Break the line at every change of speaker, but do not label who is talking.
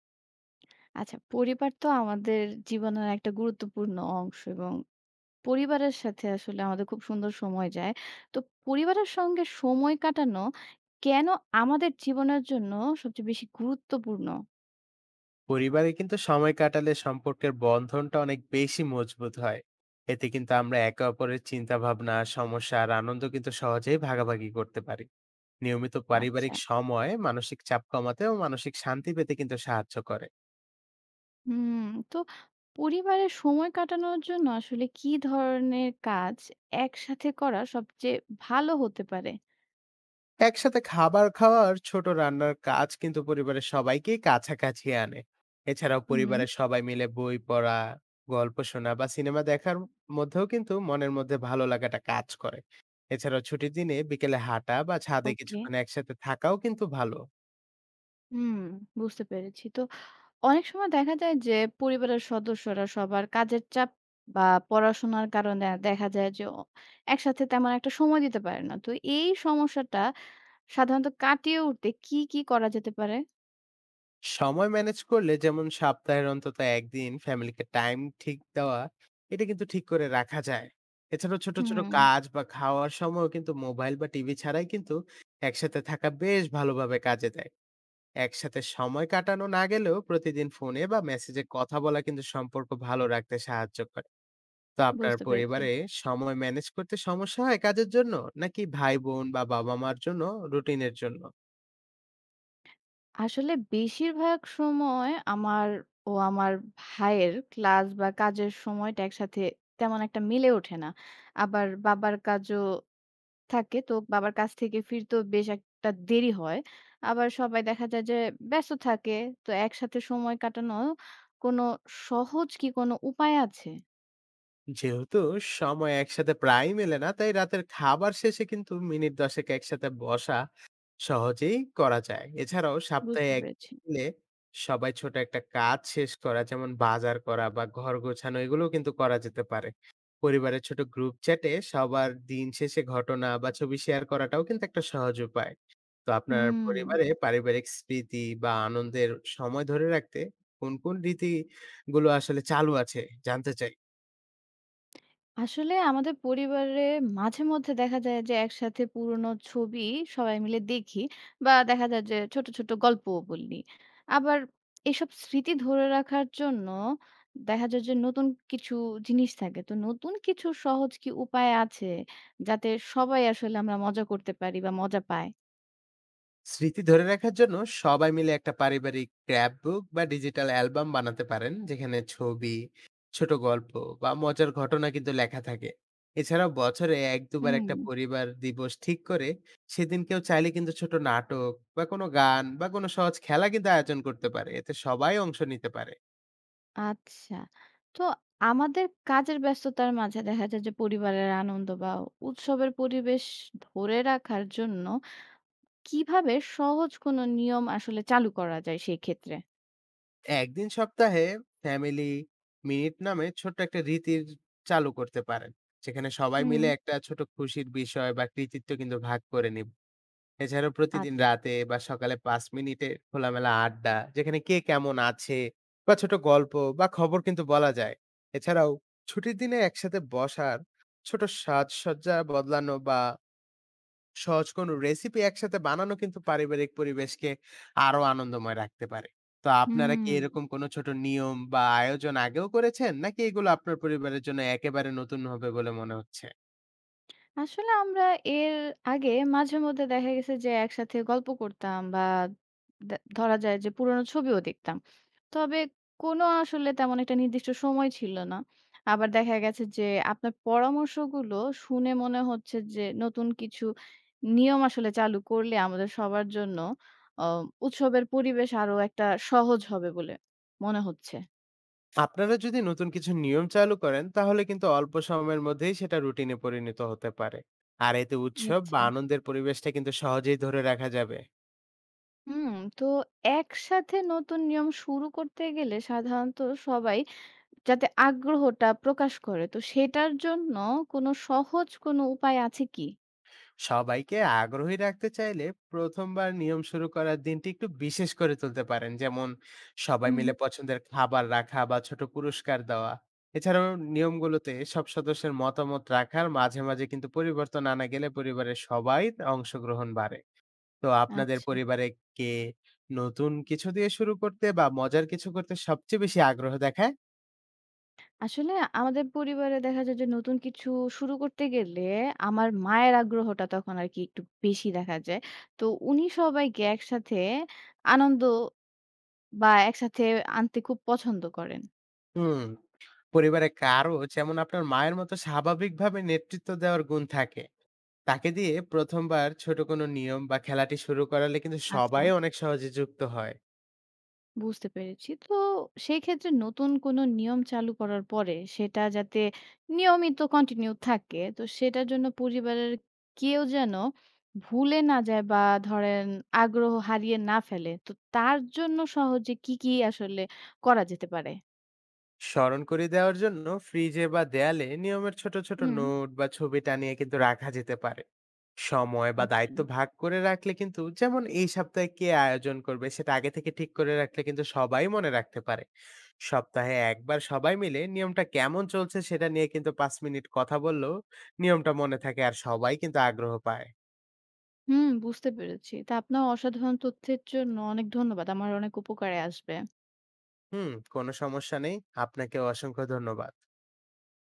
আচ্ছা, পরিবার তো আমাদের জীবনের একটা গুরুত্বপূর্ণ অংশ এবং পরিবারের সাথে আসলে আমাদের খুব সুন্দর সময় যায়। তো পরিবারের সঙ্গে সময় কাটানো কেন আমাদের জীবনের জন্য সবচেয়ে বেশি গুরুত্বপূর্ণ?
পরিবারে কিন্তু সময় কাটালে সম্পর্কের বন্ধনটা অনেক বেশি মজবুত হয়। এতে কিন্তু আমরা একে অপরের চিন্তা ভাবনা সমস্যা আর আনন্দ কিন্তু সহজেই ভাগাভাগি করতে পারি। নিয়মিত
আচ্ছা।
পারিবারিক সময় মানসিক চাপ কমাতে ও মানসিক শান্তি পেতে কিন্তু সাহায্য করে।
হুম। তো পরিবারে সময় কাটানোর জন্য আসলে কি ধরনের কাজ একসাথে করা সবচেয়ে ভালো হতে পারে?
একসাথে খাবার খাওয়ার ছোট রান্নার কাজ কিন্তু পরিবারের সবাইকে কাছাকাছি আনে। এছাড়াও
হুম।
পরিবারের সবাই মিলে বই পড়া, গল্প শোনা বা সিনেমা দেখার মধ্যেও কিন্তু মনের মধ্যে ভালো লাগাটা কাজ করে। এছাড়াও ছুটির দিনে বিকেলে হাঁটা বা ছাদে
ওকে।
কিছুক্ষণ একসাথে থাকাও কিন্তু ভালো।
হুম, বুঝতে পেরেছি। তো অনেক সময় দেখা যায় যে পরিবারের সদস্যরা সবার কাজের চাপ বা পড়াশোনার কারণে দেখা যায় যে একসাথে তেমন একটা সময় দিতে পারে না। তো এই সমস্যাটা সাধারণত কাটিয়ে উঠতে কি কি করা যেতে পারে?
সময় ম্যানেজ করলে, যেমন সপ্তাহের অন্তত একদিন ফ্যামিলিকে টাইম ঠিক দেওয়া, এটা কিন্তু ঠিক করে রাখা যায়। এছাড়াও ছোট ছোট
হুম।
কাজ বা খাওয়ার সময়ও কিন্তু মোবাইল বা টিভি ছাড়াই কিন্তু একসাথে থাকা বেশ ভালোভাবে কাজে দেয়। একসাথে সময় কাটানো না গেলেও প্রতিদিন ফোনে বা মেসেজে কথা বলা কিন্তু সম্পর্ক ভালো রাখতে সাহায্য করে। তো আপনার
বুঝতে পেরেছি।
পরিবারে সময় ম্যানেজ করতে সমস্যা হয় কাজের জন্য, নাকি ভাই বোন বা বাবা মার জন্য, রুটিনের জন্য?
আসলে বেশিরভাগ সময় আমার ও আমার ভাইয়ের ক্লাস বা কাজের সময়টা একসাথে তেমন একটা মিলে ওঠে না। আবার বাবার কাজও থাকে। তো বাবার কাছ থেকে ফিরতেও বেশ একটা দেরি হয়। আবার সবাই দেখা যায় যে ব্যস্ত থাকে। তো একসাথে সময় কাটানো কোনো সহজ কি কোনো উপায় আছে?
যেহেতু সময় একসাথে প্রায় মেলে না, তাই রাতের খাবার শেষে কিন্তু মিনিট দশেক একসাথে বসা সহজেই করা যায়। এছাড়াও সপ্তাহে
বুঝতে পেরেছি।
একদিন মিলে সবাই ছোট একটা কাজ শেষ করা, যেমন বাজার করা বা ঘর গোছানো, এগুলোও কিন্তু করা যেতে পারে। পরিবারের ছোট গ্রুপ চ্যাটে সবার দিন শেষে ঘটনা বা ছবি শেয়ার করাটাও কিন্তু একটা সহজ উপায়। তো আপনার
হুম।
পরিবারে পারিবারিক স্মৃতি বা আনন্দের সময় ধরে রাখতে কোন কোন রীতিগুলো আসলে চালু আছে জানতে চাই।
আসলে আমাদের পরিবারে মাঝে-মধ্যে দেখা যায় যে একসাথে পুরনো ছবি সবাই মিলে দেখি বা দেখা যায় যে ছোট, ছোট গল্পও বলি। আবার এসব স্মৃতি ধরে রাখার জন্য দেখা যায় যে নতুন কিছু জিনিস থাকে। তো নতুন কিছু সহজ কি উপায় আছে যাতে সবাই আসলে আমরা মজা করতে পারি বা মজা পায়?
স্মৃতি ধরে রাখার জন্য সবাই মিলে একটা পারিবারিক স্ক্র্যাপ বুক বা ডিজিটাল অ্যালবাম বানাতে পারেন, যেখানে ছবি, ছোট গল্প বা মজার ঘটনা কিন্তু লেখা থাকে। এছাড়াও বছরে এক দুবার
হুম।
একটা পরিবার দিবস ঠিক করে সেদিন কেউ চাইলে কিন্তু ছোট নাটক বা কোনো গান বা কোনো সহজ খেলা কিন্তু আয়োজন করতে পারে, এতে সবাই অংশ নিতে পারে।
আচ্ছা। তো আমাদের কাজের ব্যস্ততার মাঝে দেখা যায় যে পরিবারের আনন্দ বা উৎসবের পরিবেশ ধরে রাখার জন্য কিভাবে সহজ কোনো নিয়ম আসলে চালু করা যায় সেই ক্ষেত্রে?
একদিন সপ্তাহে ফ্যামিলি মিনিট নামে ছোট্ট একটা রীতির চালু করতে পারেন, যেখানে সবাই
হুম।
মিলে একটা ছোট খুশির বিষয় বা কৃতিত্ব কিন্তু ভাগ করে নিব। এছাড়াও প্রতিদিন
আচ্ছা।
রাতে বা সকালে ৫ মিনিটের খোলামেলা আড্ডা, যেখানে কে কেমন আছে বা ছোট গল্প বা খবর কিন্তু বলা যায়। এছাড়াও ছুটির দিনে একসাথে বসার, ছোট সাজসজ্জা বদলানো বা সহজ কোনো রেসিপি একসাথে বানানো কিন্তু পারিবারিক পরিবেশকে আরো আনন্দময় রাখতে পারে। তো আপনারা কি
হুম।
এরকম কোনো ছোট নিয়ম বা আয়োজন আগেও করেছেন? নাকি এগুলো আপনার পরিবারের জন্য একেবারে নতুন হবে বলে মনে হচ্ছে?
আসলে আমরা এর আগে মাঝেমধ্যে দেখা গেছে যে একসাথে গল্প করতাম বা দে ধরা যায় যে পুরনো ছবিও দেখতাম। তবে কোনো আসলে তেমন একটা নির্দিষ্ট সময় ছিল না। আবার দেখা গেছে যে আপনার পরামর্শগুলো শুনে মনে হচ্ছে যে নতুন কিছু নিয়ম আসলে চালু করলে আমাদের সবার জন্য অ উৎসবের পরিবেশ আরো একটা সহজ হবে বলে মনে হচ্ছে।
আপনারা যদি নতুন কিছু নিয়ম চালু করেন, তাহলে কিন্তু অল্প সময়ের মধ্যেই সেটা রুটিনে পরিণত হতে পারে। আর এতে উৎসব বা
আচ্ছা।
আনন্দের পরিবেশটা কিন্তু সহজেই ধরে রাখা যাবে।
হুম, তো একসাথে নতুন নিয়ম শুরু করতে গেলে সাধারণত সবাই যাতে আগ্রহটা প্রকাশ করে। তো সেটার জন্য কোনো সহজ কোনো উপায় আছে কি?
সবাইকে আগ্রহী রাখতে চাইলে প্রথমবার নিয়ম শুরু করার দিনটি একটু বিশেষ করে তুলতে পারেন, যেমন সবাই
হুম।
মিলে পছন্দের খাবার রাখা বা ছোট পুরস্কার দেওয়া। এছাড়াও নিয়মগুলোতে সব সদস্যের মতামত রাখার মাঝে মাঝে কিন্তু পরিবর্তন আনা গেলে পরিবারের সবাই অংশগ্রহণ বাড়ে। তো আপনাদের
আচ্ছা।
পরিবারে কে নতুন কিছু দিয়ে শুরু করতে বা মজার কিছু করতে সবচেয়ে বেশি আগ্রহ দেখায়?
আসলে আমাদের পরিবারে দেখা যায় যে নতুন কিছু শুরু করতে গেলে আমার মায়ের আগ্রহটা তখন আরকি একটু বেশি দেখা যায়। তো উনি সবাইকে একসাথে আনন্দ বা একসাথে আনতে খুব পছন্দ করেন।
হুম, পরিবারে কারো যেমন আপনার মায়ের মতো স্বাভাবিকভাবে নেতৃত্ব দেওয়ার গুণ থাকে। তাকে দিয়ে ১ম বার ছোট কোনো নিয়ম বা খেলাটি শুরু করালে কিন্তু
আচ্ছা।
সবাই অনেক সহজে যুক্ত হয়।
বুঝতে পেরেছি। তো সেই ক্ষেত্রে নতুন কোনো নিয়ম চালু করার পরে সেটা যাতে নিয়মিত কন্টিনিউ থাকে তো সেটার জন্য পরিবারের কেউ যেন ভুলে না যায় বা ধরেন আগ্রহ হারিয়ে না ফেলে। তো তার জন্য সহজে কি, কি আসলে করা যেতে পারে?
স্মরণ করিয়ে দেওয়ার জন্য ফ্রিজে বা দেয়ালে নিয়মের ছোট ছোট
হুম।
নোট বা ছবি টানিয়ে কিন্তু রাখা যেতে পারে। সময় বা
আচ্ছা।
দায়িত্ব ভাগ করে রাখলে কিন্তু, যেমন এই সপ্তাহে কে আয়োজন করবে সেটা আগে থেকে ঠিক করে রাখলে, কিন্তু সবাই মনে রাখতে পারে। সপ্তাহে একবার সবাই মিলে নিয়মটা কেমন চলছে সেটা নিয়ে কিন্তু ৫ মিনিট কথা বললেও নিয়মটা মনে থাকে আর সবাই কিন্তু আগ্রহ পায়।
হুম, বুঝতে পেরেছি। তা আপনার অসাধারণ তথ্যের জন্য অনেক ধন্যবাদ। আমার অনেক উপকারে আসবে।
হুম, কোনো সমস্যা নেই, আপনাকে অসংখ্য ধন্যবাদ।